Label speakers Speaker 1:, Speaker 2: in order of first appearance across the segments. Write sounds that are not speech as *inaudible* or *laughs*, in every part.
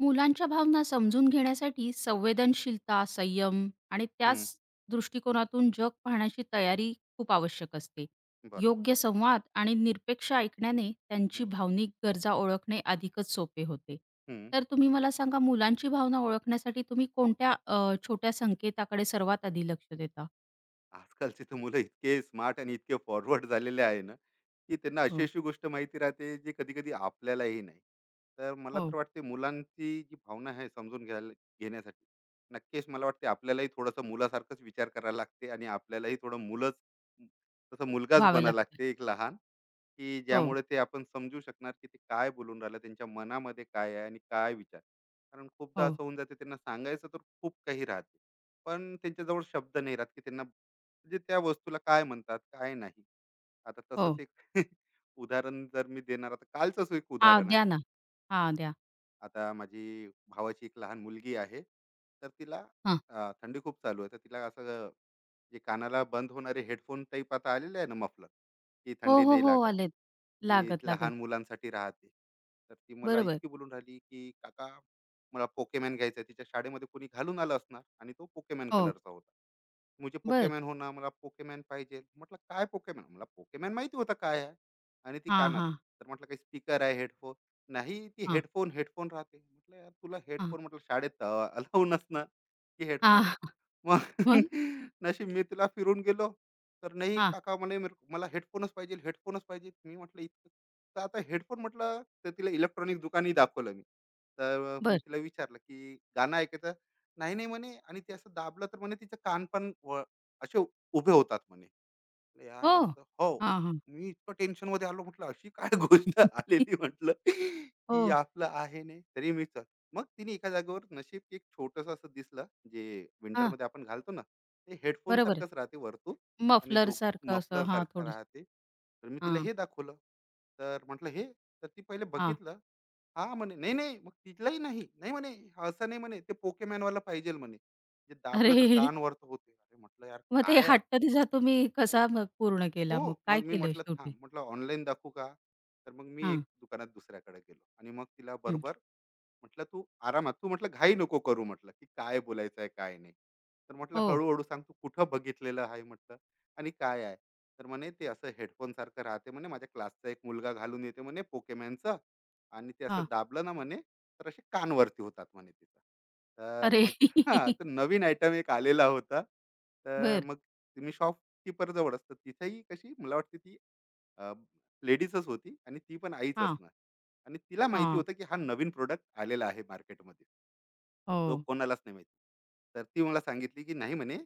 Speaker 1: मुलांच्या भावना समजून घेण्यासाठी संवेदनशीलता, संयम आणि
Speaker 2: हं,
Speaker 1: त्याच दृष्टिकोनातून जग पाहण्याची तयारी खूप आवश्यक असते.
Speaker 2: बरोबर.
Speaker 1: योग्य संवाद आणि निरपेक्ष ऐकण्याने त्यांची
Speaker 2: हं,
Speaker 1: भावनिक गरजा ओळखणे अधिकच सोपे होते.
Speaker 2: हं.
Speaker 1: तर तुम्ही मला सांगा मुलांची भावना ओळखण्यासाठी तुम्ही कोणत्या छोट्या संकेताकडे सर्वात आधी लक्ष देता?
Speaker 2: आजकालची तर मुलं इतके स्मार्ट आणि इतके फॉरवर्ड झालेले आहे ना, की त्यांना अशी
Speaker 1: हो,
Speaker 2: अशी गोष्ट माहिती राहते जी कधी-कधी आपल्यालाही नाही. तर मला तर
Speaker 1: हो.
Speaker 2: वाटते मुलांची जी भावना आहे समजून घ्यायला घेण्यासाठी नक्कीच मला वाटते आपल्यालाही थोडासा मुलासारखाच विचार करायला लागते, आणि आपल्यालाही थोडं तसं मुलगाच
Speaker 1: व्हावं
Speaker 2: बनायला
Speaker 1: लागतं.
Speaker 2: लागते एक लहान, की
Speaker 1: हो,
Speaker 2: ज्यामुळे ते आपण समजू शकणार की ते काय बोलून राहिलं, त्यांच्या मनामध्ये काय आहे आणि काय विचार. कारण खूपदा
Speaker 1: हो,
Speaker 2: असं होऊन जाते, त्यांना सांगायचं तर खूप काही राहते. पण त्यांच्याजवळ शब्द नाही राहत की त्यांना, म्हणजे त्या वस्तूला काय म्हणतात काय नाही. आता
Speaker 1: हो.
Speaker 2: तसंच एक *laughs* उदाहरण जर मी देणार, आता कालचंच एक
Speaker 1: हां,
Speaker 2: उदाहरण
Speaker 1: द्या
Speaker 2: आहे.
Speaker 1: ना. हां, द्या.
Speaker 2: आता माझी भावाची एक लहान मुलगी आहे. तर तिला
Speaker 1: हां.
Speaker 2: थंडी खूप चालू आहे, तर तिला असं जे कानाला बंद होणारे हेडफोन टाईप आता आलेले आहे ना, मफलर, की
Speaker 1: हो,
Speaker 2: थंडी
Speaker 1: हो,
Speaker 2: नाही
Speaker 1: हो.
Speaker 2: लागत,
Speaker 1: आलेत.
Speaker 2: की
Speaker 1: लागत, लागत.
Speaker 2: लहान मुलांसाठी राहते. तर ती मला
Speaker 1: बरोबर.
Speaker 2: इतकी बोलून राहिली की काका, मला पोकेमॅन घ्यायचा आहे. तिच्या शाळेमध्ये कोणी घालून आलं असणार, आणि तो पोकेमॅन
Speaker 1: हो.
Speaker 2: कलरचा होता. मुझे
Speaker 1: बरं.
Speaker 2: पोकेमॅन होणं, मला पोकेमॅन पाहिजे. म्हटलं, काय पोकेमॅन, मला पोकेमॅन माहिती होतं काय आहे. आणि ती
Speaker 1: हां,
Speaker 2: कानात.
Speaker 1: हां.
Speaker 2: तर म्हटलं, काही स्पीकर आहे, हेडफोन. नाही, ती
Speaker 1: हां,
Speaker 2: हेडफोन हेडफोन राहते. म्हटलं, यार, तुला
Speaker 1: हां.
Speaker 2: हेडफोन म्हटलं शाळेत अलाव नसणार, की
Speaker 1: हां,
Speaker 2: हेडफोन. मग
Speaker 1: मग?
Speaker 2: *laughs* नशीब मी तिला फिरून गेलो, तर "नाही
Speaker 1: हां,
Speaker 2: काका म्हणे, मेरे को, मला हेडफोनच पाहिजे, हेडफोनच पाहिजे." मी म्हटलं इतकं. तर आता हेडफोन म्हटलं, तर तिला इलेक्ट्रॉनिक दुकानही दाखवलं मी. तर मी
Speaker 1: बरं.
Speaker 2: तिला विचारलं, की "गाणं ऐकायचं?" "नाही, नाही" म्हणे, आणि ते असं दाबलं तर म्हणे तिचे कान पण व, असे उभे होतात म्हणे. म्हटलं,
Speaker 1: हो.
Speaker 2: यार, असं हो.
Speaker 1: हां, हां.
Speaker 2: मी इतकं टेन्शनमध्ये आलो, म्हटलं अशी काय *laughs* गोष्ट आलेली,
Speaker 1: *laughs*
Speaker 2: म्हटलं,
Speaker 1: हो.
Speaker 2: की आपलं आहे नाही, तरी मी चल. मग तिने एका जागेवर नशीब एक छोटंसं असं दिसलं, जे
Speaker 1: हां,
Speaker 2: विंटरमध्ये आपण घालतो ना, ते हेडफोन
Speaker 1: बरोबर.
Speaker 2: सारखंच राहते वरतून, आणि
Speaker 1: मफलरसारखं असं
Speaker 2: मफलर
Speaker 1: हां,
Speaker 2: सारखं
Speaker 1: थोडंसं.
Speaker 2: राहते. तर मी तिला
Speaker 1: हां,
Speaker 2: हे दाखवलं. तर म्हटलं, "हे?" तर ती पहिले
Speaker 1: हां.
Speaker 2: बघितलं. हां, म्हणे. "नाही, नाही." मग तिथलाही नाही. "नाही," म्हणे, "असं नाही म्हणे. ते Pokemonवाला पाहिजेल म्हणे. जे दाबलं तर
Speaker 1: अरे!
Speaker 2: कान वर होते." अरे म्हटलं, "यार,
Speaker 1: मग ते
Speaker 2: काय
Speaker 1: हट्ट तिचा तुम्ही कसा मग पूर्ण केला मग?
Speaker 2: हो."
Speaker 1: काय
Speaker 2: मग मी
Speaker 1: केलं
Speaker 2: म्हटलं,
Speaker 1: शेवटी?
Speaker 2: थांब. म्हटलं, ऑनलाईन दाखवू का? तर मग मी एक
Speaker 1: हां,
Speaker 2: दुकानात दुसऱ्याकडे गेलो, आणि मग तिला
Speaker 1: हं.
Speaker 2: बरोबर म्हटलं, तू आरामात, तू म्हटलं घाई नको करू, म्हटलं की काय बोलायचं आहे काय नाही. तर म्हटलं
Speaker 1: हो.
Speaker 2: हळूहळू सांग, तू कुठं बघितलेलं आहे, म्हटलं, आणि काय आहे. तर म्हणे ते असं हेडफोन सारखं राहते म्हणे, माझ्या क्लासचा एक मुलगा घालून येते म्हणे पोकेमॅनचं, आणि ते असं
Speaker 1: हां.
Speaker 2: दाबलं ना म्हणे, तर असे कानवरती होतात म्हणे तिथं. तर
Speaker 1: अरे!
Speaker 2: मग *laughs* हा तर
Speaker 1: *laughs*
Speaker 2: नवीन आयटम एक आलेला होता. तर
Speaker 1: बरं.
Speaker 2: मग मी शॉपकीपर जवळ असतं, तिथेही कशी, मला वाटते ती लेडीजच होती, आणि ती पण आईच
Speaker 1: हां,
Speaker 2: असणार, आणि तिला माहिती
Speaker 1: हां.
Speaker 2: होतं की हा नवीन प्रोडक्ट आलेला आहे मार्केटमध्ये, जो
Speaker 1: हो.
Speaker 2: कोणालाच नाही माहिती. तर ती मला सांगितली की नाही म्हणे,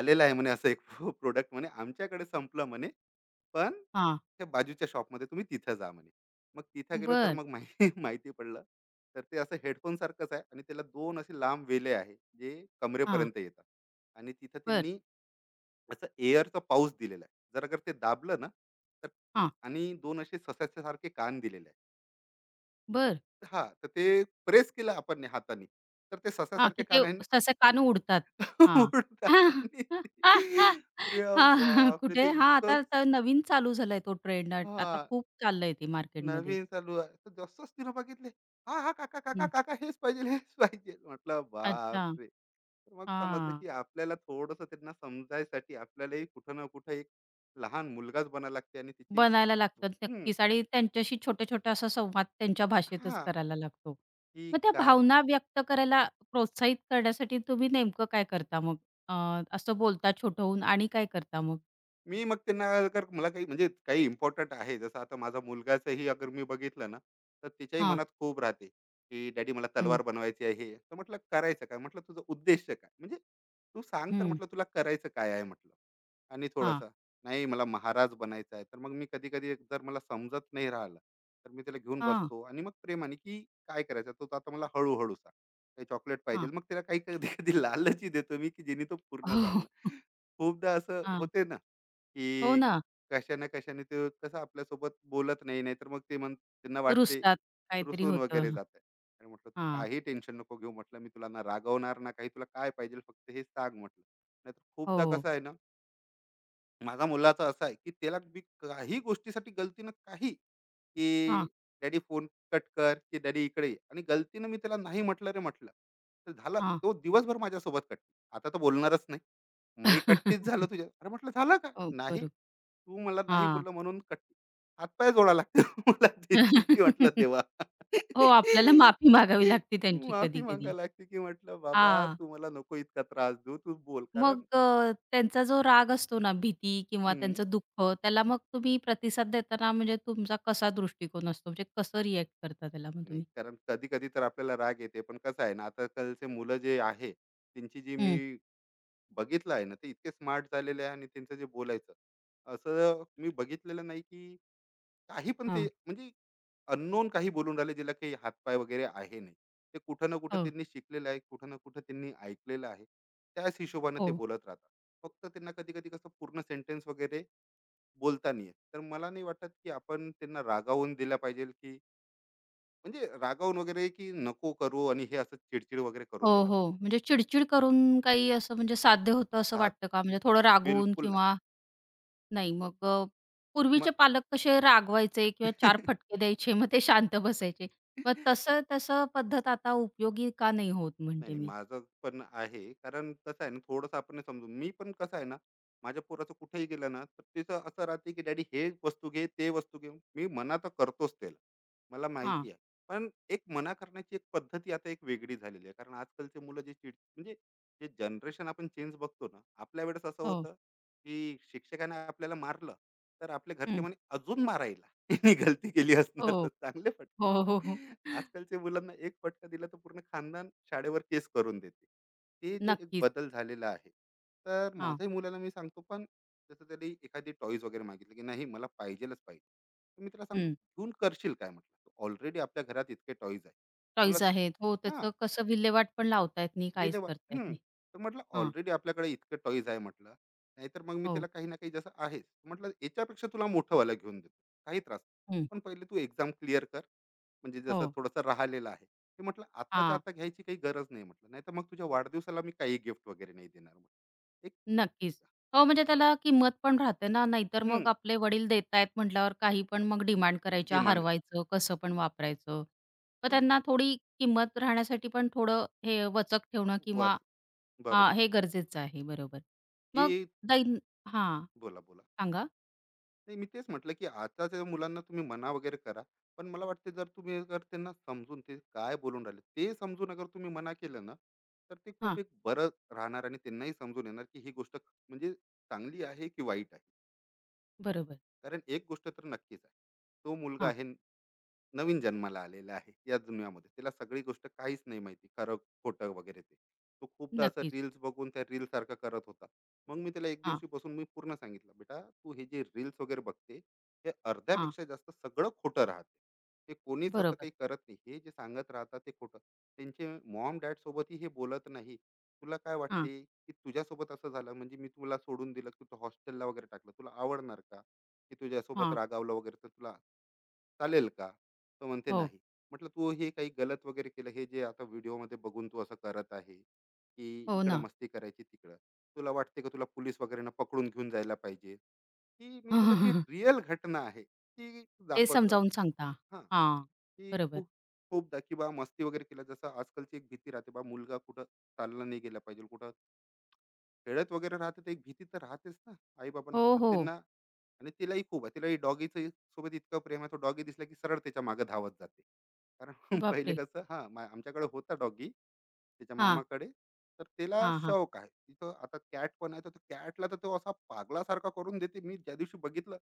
Speaker 2: आलेला आहे म्हणे असं एक *laughs* प्रोडक्ट म्हणे, आमच्याकडे संपलं म्हणे, पण
Speaker 1: हां.
Speaker 2: त्या बाजूच्या शॉपमध्ये तुम्ही तिथं जा म्हणे. मग तिथं गेलो, तर
Speaker 1: बरं.
Speaker 2: मग माहिती *laughs* माहिती पडलं. तर ते असं हेडफोन सारखंच आहे, आणि त्याला दोन असे लांब वेले आहे, जे
Speaker 1: हां,
Speaker 2: कमरेपर्यंत येतात. आणि तिथं
Speaker 1: बरं.
Speaker 2: त्यांनी असं एअरचा पाऊस दिलेला आहे, जर अगर ते दाबलं ना, तर,
Speaker 1: हां,
Speaker 2: आणि दोन असे ससाच्या सारखे कान दिलेले.
Speaker 1: बरं.
Speaker 2: हां, तर ते प्रेस केलं आपण हाताने, तर ते
Speaker 1: हां,
Speaker 2: सश्यासारखे
Speaker 1: की ते
Speaker 2: कानाने
Speaker 1: सहसा कान उडतात.
Speaker 2: *laughs*
Speaker 1: हां.
Speaker 2: उडतात आणि ते-.
Speaker 1: *laughs*
Speaker 2: अरे
Speaker 1: हां,
Speaker 2: बापरे!
Speaker 1: कुठे
Speaker 2: ते
Speaker 1: हां,
Speaker 2: इतकं,
Speaker 1: आता तर नवीन चालू झालाय तो ट्रेंड. आट आता
Speaker 2: हां,
Speaker 1: खूप चाललंय ते मार्केटमध्ये.
Speaker 2: नवीन चालू आहे. तर जसंच तिनं बघितले, "हां, हां, काका, काका,
Speaker 1: हं.
Speaker 2: काका, हेच पाहिजे, हेच पाहिजे." म्हटलं
Speaker 1: अच्छा.
Speaker 2: बापरे! तर मग समजलं
Speaker 1: हां,
Speaker 2: की आपल्याला थोडंसं त्यांना समजायसाठी आपल्यालाही कुठं ना कुठं एक लहान मुलगाच बनायला लागते, आणि तिची,
Speaker 1: बनायला लागतात
Speaker 2: हं,
Speaker 1: नक्कीच आणि त्यांच्याशी छोटा-छोटा असा संवाद त्यांच्या भाषेतच
Speaker 2: हां,
Speaker 1: करायला लागतो.
Speaker 2: की
Speaker 1: मग त्या
Speaker 2: काय.
Speaker 1: भावना व्यक्त करायला प्रोत्साहित करण्यासाठी तुम्ही नेमकं काय करता मग? अ, असं बोलता छोटं होऊन आणि काय करता मग?
Speaker 2: मी मग त्यांना, अगर मला काही म्हणजे काही इम्पॉर्टंट आहे जसं आता, माझा मुलगाचंही अगर मी बघितलं ना, तर तिच्याही
Speaker 1: हां.
Speaker 2: मनात खूप राहते की डॅडी मला
Speaker 1: हं,
Speaker 2: तलवार बनवायची आहे. तर म्हटलं करायचं काय, म्हटलं तुझं उद्देश काय, म्हणजे तू सांग, तर
Speaker 1: हं.
Speaker 2: म्हटलं तुला करायचं काय आहे, म्हटलं आणि
Speaker 1: हां,
Speaker 2: थोडासा, नाही, मला महाराज बनायचं आहे. तर मग मी कधी कधी जर मला समजत नाही राहिलं, तर मी त्याला घेऊन
Speaker 1: हां,
Speaker 2: बसतो, आणि मग प्रेमाने की काय करायचं, तो तो आता मला हळूहळू सांग. काही चॉकलेट पाहिजे,
Speaker 1: हां.
Speaker 2: मग त्याला काही कधी कधी लालची देतो मी, की जेणे तो पूर्ण
Speaker 1: हो.
Speaker 2: सांगणार. खूपदा असं
Speaker 1: हां,
Speaker 2: होते ना, की
Speaker 1: हो ना.
Speaker 2: कशा ना कशाने ते कसं आपल्यासोबत बोलत नाही, नाहीतर मग ते म्हण त्यांना वाटते
Speaker 1: रुसतात, काहीतरी
Speaker 2: रुसून वगैरे
Speaker 1: होतं.
Speaker 2: जात आहे. आणि म्हटलं तू
Speaker 1: हां.
Speaker 2: काही टेन्शन नको घेऊ, म्हटलं मी तुला ना रागवणार ना काही, तुला काय पाहिजे फक्त हे सांग म्हटलं. नाहीतर खूपदा
Speaker 1: हो.
Speaker 2: कसं आहे ना, माझ्या मुलाचा असा आहे, की त्याला मी काही गोष्टीसाठी गलतीनं काही,
Speaker 1: हां,
Speaker 2: की "डॅडी फोन कट कर," की "डॅडी इकडे ये," आणि गलतीनं मी त्याला नाही म्हटलं रे म्हटलं, तर झालं,
Speaker 1: हां.
Speaker 2: तो दिवसभर माझ्यासोबत कट्टी. आता तर बोलणारच नाही. "मी कट्टीच झालो
Speaker 1: *laughs*
Speaker 2: तुझ्या." अरे म्हटलं, "झालं काय?"
Speaker 1: हो,
Speaker 2: "नाही,
Speaker 1: बरोबर.
Speaker 2: तू मला नाही
Speaker 1: हां.
Speaker 2: बोललं म्हणून कट्टी." हातपाय जोडायला लागते *laughs* मला त्याची, की म्हटलं
Speaker 1: *laughs*
Speaker 2: देवा.
Speaker 1: हो, आपल्याला माफी मागावी लागते त्यांची
Speaker 2: माफी
Speaker 1: कधी-कधी.
Speaker 2: मागायला लागते, की म्हटलं, "बाबा,
Speaker 1: हां.
Speaker 2: तू मला नको इतका त्रास देऊ. तू बोल."
Speaker 1: मग
Speaker 2: कारण,
Speaker 1: त्यांचा जो राग असतो ना, भीती किंवा
Speaker 2: हं.
Speaker 1: त्यांचं दुःख, त्याला मग तुम्ही प्रतिसाद देताना म्हणजे तुमचा कसा दृष्टिकोन असतो? म्हणजे कसं रिएक्ट करता त्याला मग
Speaker 2: नाही,
Speaker 1: तुम्ही?
Speaker 2: कारण कधी कधी तर आपल्याला राग येते, पण कसं आहे ना, आताकालचे मुलं जे आहे त्यांची, जी मी
Speaker 1: हं.
Speaker 2: बघितलं आहे ना, ते इतके स्मार्ट झालेले आहे, आणि त्यांचं जे बोलायचं, असं मी बघितलेलं नाही, की काही पण ते
Speaker 1: हां.
Speaker 2: म्हणजे अननोन काही बोलून राहिले, ज्याला काही हातपाय वगैरे आहे नाही. ते कुठं ना कुठं
Speaker 1: हो,
Speaker 2: त्यांनी शिकलेलं आहे, कुठं ना कुठं त्यांनी ऐकलेलं आहे, त्याच हिशोबाने ते
Speaker 1: हो.
Speaker 2: बोलत राहतात. फक्त त्यांना कधी कधी कसं पूर्ण सेंटेन्स वगैरे बोलता नाही येत. तर मला नाही वाटत की आपण त्यांना रागावून दिला पाहिजे, की म्हणजे रागावून वगैरे की नको करू, आणि हे असं चिडचिड वगैरे
Speaker 1: हो,
Speaker 2: करून द्यायला
Speaker 1: हो.
Speaker 2: पाहिजे
Speaker 1: म्हणजे चिड करून काही असं म्हणजे साध्य होतं असं
Speaker 2: का,
Speaker 1: वाटतं का? म्हणजे थोडं रागवून
Speaker 2: बिलकुल नाही.
Speaker 1: किंवा नाही मग
Speaker 2: मग
Speaker 1: पूर्वीचे पालक कसे रागवायचे किंवा चार फटके
Speaker 2: *laughs*
Speaker 1: द्यायचे मग ते शांत बसायचे. मग तसं तसं पद्धत आता उपयोगी का नाही होत
Speaker 2: नाही,
Speaker 1: म्हणते
Speaker 2: नाही.
Speaker 1: मी.
Speaker 2: माझं पण आहे. कारण कसं आहे ना, थोडंसं आपण समजून, मी पण कसं आहे ना, माझ्या पोराचं कुठेही गेलं ना, तर तिचं असं राहते, की "डॅडी हे वस्तू घे, ते वस्तू घे." मी मना तर करतोच त्याला. मला
Speaker 1: हां.
Speaker 2: माहिती आहे. पण एक मना करण्याची एक पद्धती आता एक वेगळी झालेली आहे. कारण आजकालची मुलं जे चिड म्हणजे, जे जनरेशन आपण चेंज बघतो ना, आपल्या वेळेस असं
Speaker 1: हो.
Speaker 2: होतं, की शिक्षकाने आपल्याला मारलं, तर आपले घरचे
Speaker 1: हं.
Speaker 2: म्हणे, "अजून मारायला?" *laughs* तिने गलती केली असणार तर
Speaker 1: हो.
Speaker 2: चांगले फटके
Speaker 1: हो, हो, हो.
Speaker 2: द्या. आजकालच्या मुलांना एक फटका दिला, तर पूर्ण खानदान शाळेवर केस करून देते. ते जे एक
Speaker 1: नक्कीच.
Speaker 2: बदल झालेला आहे. तर
Speaker 1: हां.
Speaker 2: माझ्याही मुलाला मी सांगतो, पण जसं त्याने एखादी टॉयज वगैरे मागितली, की "नाही, मला पाहिजेलच पाहिजे." तर मी त्याला सांगतो,
Speaker 1: हं.
Speaker 2: "घेऊन करशील काय?" म्हटलं. "ऑलरेडी आपल्या घरात इतके टॉयज आहे. तुला."
Speaker 1: टॉयज आहेत. हो,
Speaker 2: हां.
Speaker 1: त्याचं कसं विल्हेवाट पण लावता येत नाही, काहीच
Speaker 2: विल्हेवाट,
Speaker 1: करता येत
Speaker 2: हं.
Speaker 1: नाही.
Speaker 2: तर म्हटलं
Speaker 1: हां.
Speaker 2: ऑलरेडी आपल्याकडे इतकं टॉईज आहे म्हटलं. नाहीतर मग मी
Speaker 1: हो.
Speaker 2: तिला काही ना काही जसं आहेच. म्हटलं याच्यापेक्षा तुला मोठंवालं घेऊन देतो. काही त्रास नाही.
Speaker 1: हं.
Speaker 2: पण पहिले तू एक्झाम क्लिअर कर. म्हणजे जसं
Speaker 1: हो.
Speaker 2: थोडंसं राहिलेलं आहे. ते म्हटलं आत्ताच्या
Speaker 1: हां.
Speaker 2: आता घ्यायची काही गरज नाही म्हटलं. नाहीतर मग तुझ्या वाढदिवसाला मी काही गिफ्ट वगैरे नाही देणार म्हटलं. एक,
Speaker 1: नक्कीच. हो, म्हणजे त्याला किंमत पण राहते ना, नाहीतर मग
Speaker 2: हं,
Speaker 1: आपले वडील देतायत म्हटल्यावर काही पण मग डिमांड करायच्या,
Speaker 2: डिमांड,
Speaker 1: हरवायचं, कसं पण वापरायचं. मग
Speaker 2: आणि ते
Speaker 1: त्यांना थोडी किंमत राहण्यासाठी पण थोडं हे वचक ठेवणं किंवा
Speaker 2: बस.
Speaker 1: हां,
Speaker 2: बरोबर.
Speaker 1: हे गरजेचं आहे. बरोबर. मग
Speaker 2: की,
Speaker 1: दैन हां,
Speaker 2: बोला, बोला.
Speaker 1: सांगा?
Speaker 2: नाही, मी तेच म्हटलं की आताच्या मुलांना तुम्ही मना वगैरे करा, पण मला वाटते जर तुम्ही, जर त्यांना समजून ते काय बोलून राहिले ते समजून अगर तुम्ही मना केलं ना, तर ते खूप
Speaker 1: हां,
Speaker 2: एक बरं राहणार, आणि त्यांनाही समजून येणार की ही गोष्ट म्हणजे चांगली आहे की वाईट आहे.
Speaker 1: बरोबर.
Speaker 2: कारण एक गोष्ट तर नक्कीच आहे, तो मुलगा
Speaker 1: हां,
Speaker 2: आहे, नवीन जन्माला आलेला आहे या दुनियामध्ये, त्याला सगळी गोष्ट काहीच नाही माहिती, खरं खोटं वगैरे. ते, तो खूपदा असं
Speaker 1: नक्कीच.
Speaker 2: रील्स बघून त्या रील सारखं करत होता. मग मी त्याला एक
Speaker 1: हां,
Speaker 2: दिवशी बसून मी पूर्ण सांगितलं, बेटा, तू हे जे रील्स वगैरे बघते, हे
Speaker 1: हां,
Speaker 2: अर्ध्यापेक्षा जास्त सगळं खोटं राहते. ते कोणीच असं
Speaker 1: बरोबर.
Speaker 2: काही करत नाही. हे जे सांगत राहतात ते खोटं. त्यांचे मॉम डॅड सोबतही हे बोलत नाही. तुला काय
Speaker 1: हां,
Speaker 2: वाटते, की तुझ्यासोबत असं झालं, म्हणजे मी तुला सोडून दिलं, तुझं हॉस्टेलला वगैरे टाकलं, तुला आवडणार का? की तुझ्यासोबत
Speaker 1: हां.
Speaker 2: रागावलं वगैरे, तर तुला चालेल का? तो म्हणते
Speaker 1: हो,
Speaker 2: नाही. म्हटलं, तू हे काही गलत वगैरे केलं, हे जे आता व्हिडिओमध्ये बघून तू असं करत आहे, की
Speaker 1: हो
Speaker 2: इकडं
Speaker 1: ना.
Speaker 2: मस्ती करायची तिकडं, तुला वाटते का तुला पोलीस वगैरेनं पकडून घेऊन जायला पाहिजे? की मी त्याला जी
Speaker 1: *laughs*
Speaker 2: रिअल घटना आहे ती
Speaker 1: ते
Speaker 2: दाखवत
Speaker 1: समजावून सांगता.
Speaker 2: राहतो, हां.
Speaker 1: हां,
Speaker 2: की
Speaker 1: बरोबर.
Speaker 2: खूप, दा की बा मस्ती वगैरे केला, जसं आजकालची एक भीती राहते, बा मुलगा कुठं चालला, नाही गेला पाहिजे कुठं, खेळत वगैरे राहते, तर एक भीती तर राहतेच ना आई बाबांना,
Speaker 1: हो,
Speaker 2: तर
Speaker 1: हो.
Speaker 2: त्यांना. आणि तिलाही खूप आहे, तिलाही डॉगीचं सोबत इतकं प्रेम आहे, तो डॉगी दिसला की सरळ त्याच्या मागे धावत जाते. कारण *laughs* पहिले
Speaker 1: बापरे!
Speaker 2: कसं, हा आमच्याकडे होता डॉगी त्याच्या
Speaker 1: हां,
Speaker 2: मामाकडे. तर त्याला
Speaker 1: हां, हां.
Speaker 2: शौक आहे तिथं, आता कॅट पण आहे, तर कॅटला तर तो असा पागलासारखा करून देते, मी ज्या दिवशी बघितलं.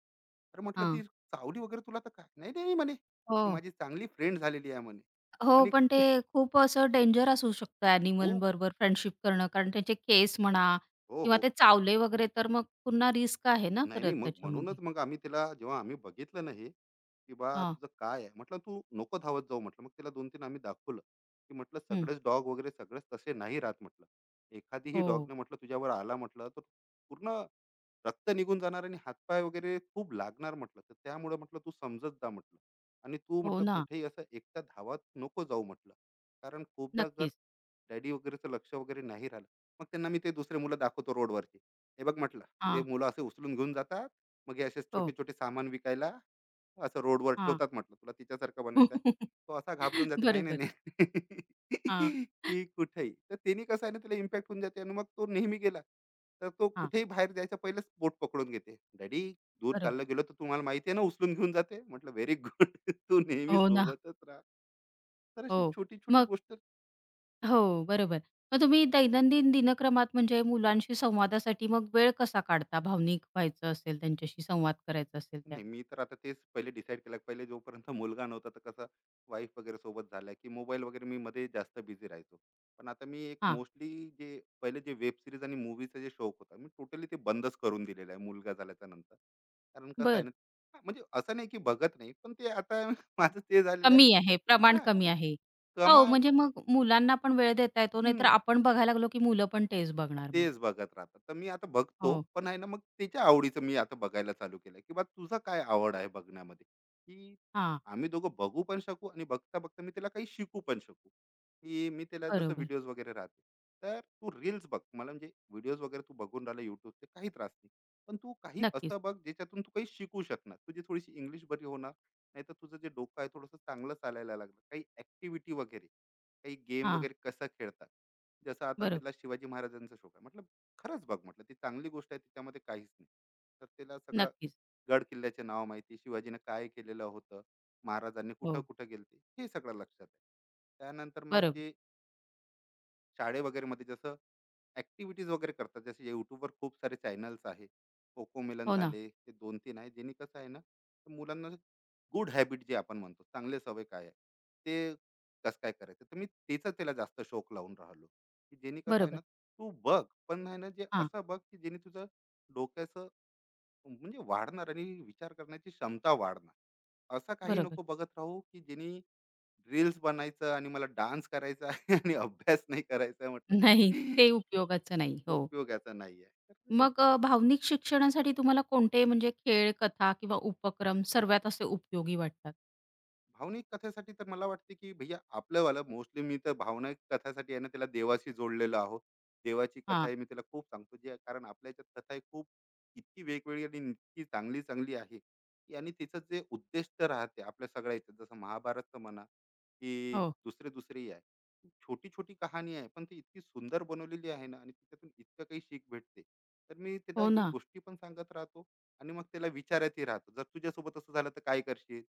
Speaker 2: तर म्हटलं ती
Speaker 1: हां.
Speaker 2: चावली वगैरे तुला तर काय, नाही नाही म्हणे,
Speaker 1: हो.
Speaker 2: ती माझी चांगली फ्रेंड झालेली आहे म्हणे.
Speaker 1: हो,
Speaker 2: आणि
Speaker 1: पण ते
Speaker 2: *laughs*
Speaker 1: खूप असं डेंजर असू शकतं
Speaker 2: खूप.
Speaker 1: ॲनिमलबरोबर फ्रेंडशिप करणं. कारण त्याचे केस म्हणा
Speaker 2: हो,
Speaker 1: किंवा
Speaker 2: हो.
Speaker 1: ते चावले वगैरे तर मग पुन्हा रिस्क आहे ना
Speaker 2: नाही, नाही.
Speaker 1: परत
Speaker 2: मग
Speaker 1: त्याच्यामध्ये.
Speaker 2: म्हणूनच मग आम्ही तिला, जेव्हा आम्ही बघितलं ना हे, की "बा,
Speaker 1: हां.
Speaker 2: तुझं काय आहे?" म्हटलं, "तू नको धावत जाऊ." म्हटलं. मग तिला 2-3 आम्ही दाखवलं, की म्हटलं,
Speaker 1: हं.
Speaker 2: "सगळेच डॉग वगैरे सगळेच तसे नाही राहत." म्हटलं. "एखादीही
Speaker 1: हो.
Speaker 2: डॉगने म्हटलं तुझ्यावर आला म्हटलं, तर पूर्ण रक्त निघून जाणार आणि हातपाय वगैरे खूप लागणार." म्हटलं. "तर त्यामुळे म्हटलं तू समजत जा." म्हटलं. "आणि तू
Speaker 1: हो
Speaker 2: म्हटलं
Speaker 1: ना.
Speaker 2: कुठेही असं एकटा धावत नको जाऊ." म्हटलं. "कारण खूपदा जर
Speaker 1: नक्कीच.
Speaker 2: डॅडी वगैरेचं लक्ष वगैरे नाही राहिलं." मग त्यांना मी ते दुसरे मुलं दाखवतो रोडवरचे. "हे बघ म्हटलं, ते
Speaker 1: हां.
Speaker 2: मुलं असे उचलून घेऊन जातात, मग हे असे छोटे
Speaker 1: हो.
Speaker 2: छोटे सामान विकायला असं रोडवर
Speaker 1: हां.
Speaker 2: ठेवतात, म्हटलं तुला तिच्यासारखं बनायचं आहे?
Speaker 1: *laughs*
Speaker 2: तो असा घाबरून जाते, नाही नाही
Speaker 1: बरोबर.
Speaker 2: नाही.
Speaker 1: हां.
Speaker 2: *laughs* की कुठेही तर त्यांनी कसं आहे ना, त्याला इम्पॅक्ट होऊन जाते. आणि मग तो नेहमी गेला, तर तो
Speaker 1: हां.
Speaker 2: कुठेही बाहेर जायचा पहिलेच बोट पकडून घेते डॅडी. दूर
Speaker 1: बरोबर.
Speaker 2: चाललं गेलो तर तुम्हाला माहिती आहे ना, उचलून घेऊन जाते. म्हटलं व्हेरी गुड. *laughs* तू नेहमी
Speaker 1: हो ना.
Speaker 2: सोबतच राहा. तर
Speaker 1: हो.
Speaker 2: अशी छोटी छोटी
Speaker 1: मग
Speaker 2: गोष्ट.
Speaker 1: हो, बरोबर. मग तुम्ही दैनंदिन दिनक्रमात म्हणजे मुलांशी संवादासाठी मग वेळ कसा काढता? भावनिक व्हायचं असेल, त्यांच्याशी संवाद करायचा असेल
Speaker 2: नाही,
Speaker 1: त्यावेळी?
Speaker 2: मी तर आता तेच पहिले डिसाईड केलं. पहिले जोपर्यंत *laughs* मुलगा नव्हता, तर कसं, वाईफ वगैरे सोबत झालं, की मोबाईल वगैरे मी मध्ये जास्त बिझी राहायचो. पण आता मी एक
Speaker 1: हां.
Speaker 2: मोस्टली, जे पहिले जे वेब सीरीज आणि मूव्हीचा जे शौक होता, मी टोटली ते बंदच करून दिलेलं आहे मुलगा झाल्याच्या नंतर. कारण कसं आहे
Speaker 1: बरं.
Speaker 2: ना, हा, म्हणजे असं नाही की बघत नाही, पण ते आता *laughs* माझं ते झालेलं आहे.
Speaker 1: कमी आहे, प्रमाण
Speaker 2: हां,
Speaker 1: कमी आहे. हो,
Speaker 2: कमा
Speaker 1: म्हणजे मग मुलांना पण वेळ देता येतो, नाहीतर आपण बघायला लागलो, की मुलं पण तेच बघणार मग.
Speaker 2: तेच बघत राहतात. तर मी आता बघतो,
Speaker 1: हो.
Speaker 2: पण आहे ना, मग त्याच्या आवडीचं मी आता बघायला चालू केलं, की बा तुझा काय आवड आहे बघण्यामध्ये, की
Speaker 1: हां,
Speaker 2: आम्ही दोघं बघू पण शकू आणि बघता-बघता मी त्याला काही शिकू पण शकू, की मी त्याला जसं
Speaker 1: बरोबर.
Speaker 2: व्हिडिओज वगैरे राहते. तर तू रील्स बघ. मला म्हणजे व्हिडिओज वगैरे तू बघून राहिला YouTubeचे, काही त्रास नाही. पण तू काही
Speaker 1: नक्कीच.
Speaker 2: असं बघ ज्याच्यातून तू काही शिकू शकणार. तुझी थोडीशी इंग्लिश बरी होणार, नाहीतर तुझं जे डोकं आहे थोडंसं चांगलं चालायला लागलं. काही ॲक्टिव्हिटी वगैरे, काही गेम
Speaker 1: हां,
Speaker 2: वगैरे कसं खेळतात. जसं आता
Speaker 1: बरोबर.
Speaker 2: तिला शिवाजी महाराजांचा शौक आहे. म्हटलं, "खरंच बघ," म्हटलं, "ती चांगली गोष्ट आहे, तिच्यामध्ये काहीच नाही." तर तिला सगळं
Speaker 1: नक्कीच.
Speaker 2: गड किल्ल्याचे नाव माहिती, शिवाजीनं काय केलेलं होतं, महाराजांनी
Speaker 1: हो,
Speaker 2: कुठं-कुठं गेले ते, हे सगळं लक्षात आहे. त्यानंतर मग
Speaker 1: बरोबर.
Speaker 2: जे शाळे वगैरेमध्ये जसं ऍक्टिव्हिटीज वगैरे करतात, जसे युट्यूबवर खूप सारे चॅनल्स आहे. कोकोमेलन
Speaker 1: हो ना,
Speaker 2: झाले, ते दोन तीन आहे, ज्यांनी कसं आहे ना, तर मुलांना गुड हॅबिट, जे आपण म्हणतो चांगले सवय काय आहे, ते कसं काय करायचं, तर मी त्याचा त्याला जास्त शौक लावून राहिलो, की जेणे कसं आहे
Speaker 1: बरोबर.
Speaker 2: ना, तू बघ, पण आहे ना, जे
Speaker 1: हां,
Speaker 2: असं बघ की जेणे तुझं डोक्याचं म्हणजे वाढणार आणि विचार करण्याची क्षमता वाढणार. असं काही
Speaker 1: बरोबर.
Speaker 2: नको बघत राहू की जेणे रील्स बनायचं आणि मला डान्स करायचा आहे आणि अभ्यास नाही करायचा आहे. म्हटलं
Speaker 1: नाही, ते उपयोगाचं नाही. हो.
Speaker 2: उपयोगाचा नाही आहे.
Speaker 1: मग भावनिक शिक्षणासाठी तुम्हाला कोणते म्हणजे खेळ, कथा किंवा उपक्रम सर्वात असे उपयोगी वाटतात?
Speaker 2: भावनिक कथेसाठी तर मला वाटते की भैया आपलंवालं मोस्टली, मी तर भावनिक कथासाठी आहे ना त्याला देवाशी जोडलेलो आहो. देवाची कथा
Speaker 1: हां.
Speaker 2: आहे, मी त्याला खूप सांगतो जे, कारण आपल्या याच्यात कथा आहे खूप, इतकी वेगवेगळी आणि इतकी चांगली चांगली आहे की, आणि तिचं जे उद्देश तर राहते आपल्या सगळ्या याच्यात, जसं महाभारतचं म्हणा, की
Speaker 1: हो.
Speaker 2: दुसरे दुसरेही आहे, छोटी छोटी कहाणी आहे पण ती इतकी सुंदर बनवलेली आहे ना, आणि तिच्यातून इतकं काही शिक भेटते. तर मी त्याला
Speaker 1: हो
Speaker 2: ही
Speaker 1: ना,
Speaker 2: गोष्टी पण सांगत राहतो, आणि मग त्याला विचारायची राहतो, जर तुझ्यासोबत असं झालं तर काय करशील?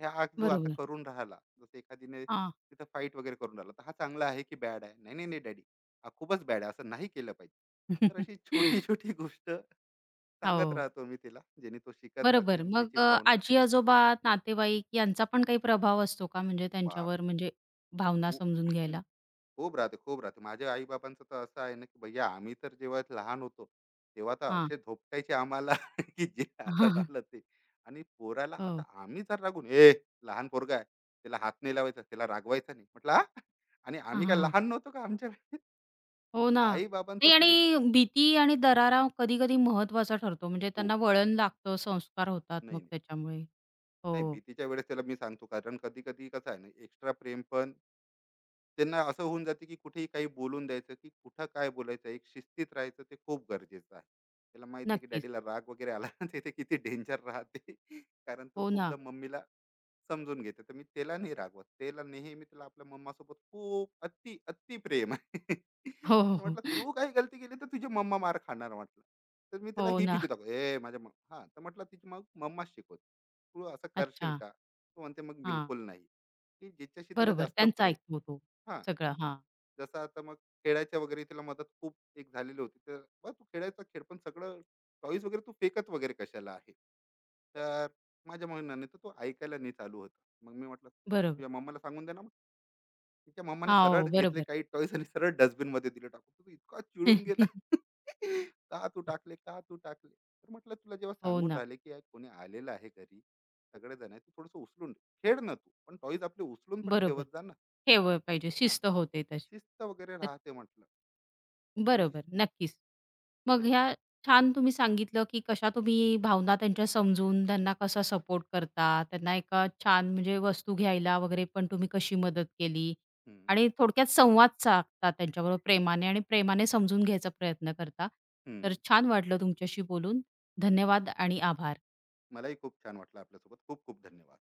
Speaker 2: हे हा जो आता
Speaker 1: बरोबर.
Speaker 2: करून राहिला, जसं एखादीने
Speaker 1: हां.
Speaker 2: तिथं फाईट वगैरे करून राहिला, तर हा चांगला आहे की बॅड आहे? नाही नाही नाही डॅडी, हा खूपच बॅड आहे, असं नाही केलं पाहिजे. तर अशी
Speaker 1: *laughs*
Speaker 2: छोटी छोटी गोष्ट सांगत
Speaker 1: हो.
Speaker 2: राहतो मी तिला, जेणे तो शिकत राहते
Speaker 1: बरोबर.
Speaker 2: आणि
Speaker 1: मग
Speaker 2: तिची भावना.
Speaker 1: आजी-आजोबा, नातेवाईक यांचा पण काही प्रभाव असतो का म्हणजे
Speaker 2: बाप
Speaker 1: त्यांच्यावर म्हणजे भावना
Speaker 2: खूप
Speaker 1: समजून घ्यायला?
Speaker 2: खूप राहते, खूप राहते. माझ्या आई-बाबांचं तर असं आहे ना, की भैया आम्ही तर जेव्हा लहान होतो, तेव्हा तर
Speaker 1: हां.
Speaker 2: असे झोपटायचे आम्हाला, *laughs* की जे हातात
Speaker 1: *laughs*
Speaker 2: आलं ते. आणि पोराला आता
Speaker 1: हो.
Speaker 2: आम्ही जर रागून, "ए लहान पोरगा आहे, त्याला हात नाही लावायचा, त्याला रागवायचं नाही." म्हटलं, "हां? आणि
Speaker 1: हां,
Speaker 2: आम्ही काय
Speaker 1: हां, हां.
Speaker 2: लहान नव्हतो का?" आमच्या
Speaker 1: हो ना.
Speaker 2: आई-बाबांचा
Speaker 1: नाही
Speaker 2: प्रेम
Speaker 1: आणि भीती आणि दरारा कधी-कधी महत्त्वाचा ठरतो. म्हणजे
Speaker 2: खूप.
Speaker 1: त्यांना वळण लागतं, संस्कार होतात
Speaker 2: नाही,
Speaker 1: मग
Speaker 2: नाही.
Speaker 1: त्याच्यामुळे. हो.
Speaker 2: नाही, भीतीच्या वेळेस त्याला मी सांगतो, कारण कधी कधी कसं आहे ना, एक्स्ट्रा प्रेम पण त्यांना असं होऊन जाते, की कुठेही काही बोलून द्यायचं. की कुठं काय बोलायचं, एक शिस्तीत राहायचं, ते खूप गरजेचं आहे. त्याला माहिती आहे की
Speaker 1: नक्कीच.
Speaker 2: डॅडीला राग वगैरे आला *laughs* ना, तिथे किती डेंजर राहते. कारण तो
Speaker 1: हो ना.
Speaker 2: खूपदा मम्मीला समजून घेते, तर मी त्याला नाही रागवत, त्याला नेहमी त्याला आपल्या मम्मासोबत खूप अति अति प्रेम आहे. *laughs*
Speaker 1: हो, हो,
Speaker 2: तर
Speaker 1: हो.
Speaker 2: म्हटलं, तू काही गलती केली तर तुझी मम्मा मार खाणार म्हटलं. तर मी त्याला
Speaker 1: हो
Speaker 2: ही
Speaker 1: ना.
Speaker 2: भीती दाखव, ए माझ्या हा, तर म्हटलं तिची मग मम्मा शिकवते, तू असं करशील
Speaker 1: अच्छा.
Speaker 2: का? तो म्हणते, मग
Speaker 1: हां.
Speaker 2: बिलकुल नाही. की ज्याच्याशी तिला
Speaker 1: बरोबर.
Speaker 2: जास्त
Speaker 1: त्यांचा
Speaker 2: प्रे,
Speaker 1: ऐकतो तो
Speaker 2: हा.
Speaker 1: सगळं. हां.
Speaker 2: जसं आता मग खेळायच्या वगैरे तिला मदत खूप एक झालेली होती, तर बा तू खेळायचा खेळ पण सगळं टॉईस वगैरे तू फेकत वगैरे कशाला आहे? तर माझ्या म्हणण्याने तर तो ऐकायला नाही चालू होता, मग मी म्हटलं
Speaker 1: बरोबर.
Speaker 2: तुझ्या मम्माला सांगून दे ना. तिच्या मम्माने
Speaker 1: हां.
Speaker 2: सरळ
Speaker 1: हो.
Speaker 2: घेतले
Speaker 1: बरोबर.
Speaker 2: काही टॉईस आणि सरळ डस्टबिन मध्ये दिले टाकून. तो इतका चिडून गेला.
Speaker 1: *laughs*
Speaker 2: *laughs* का तू टाकले, का तू टाकले? तर म्हटलं, तुला जेव्हा
Speaker 1: हो
Speaker 2: सांगून
Speaker 1: ना.
Speaker 2: राहिले की "यार, कोणी आलेलं आहे घरी, सगळेजण आहे, तू थोडस उचलून खेळ ना, तू पण टॉईज आपले उचलून पण
Speaker 1: बरोबर.
Speaker 2: ठेवत जा ना.
Speaker 1: ठेवळ पाहिजे,
Speaker 2: हा,
Speaker 1: शिस्त होते तशी.
Speaker 2: शिस्त वगैरे
Speaker 1: तर
Speaker 2: राहते म्हटलं. तर अशी
Speaker 1: बरोबर, नक्कीच.
Speaker 2: तर
Speaker 1: मग
Speaker 2: अशी
Speaker 1: ह्या छान तुम्ही सांगितलं, की कशा तुम्ही भावना त्यांच्या समजून त्यांना कसा सपोर्ट करता, त्यांना एका छान म्हणजे वस्तू घ्यायला वगैरे पण तुम्ही कशी मदत केली
Speaker 2: हम्म,
Speaker 1: आणि थोडक्यात संवाद साधता त्यांच्याबरोबर प्रेमाने आणि प्रेमाने समजून घ्यायचा प्रयत्न करता. तर
Speaker 2: हम्म.
Speaker 1: छान वाटलं तुमच्याशी बोलून. धन्यवाद आणि आभार.
Speaker 2: मलाही खूप छान वाटलं आपल्यासोबत. खूप खूप धन्यवाद.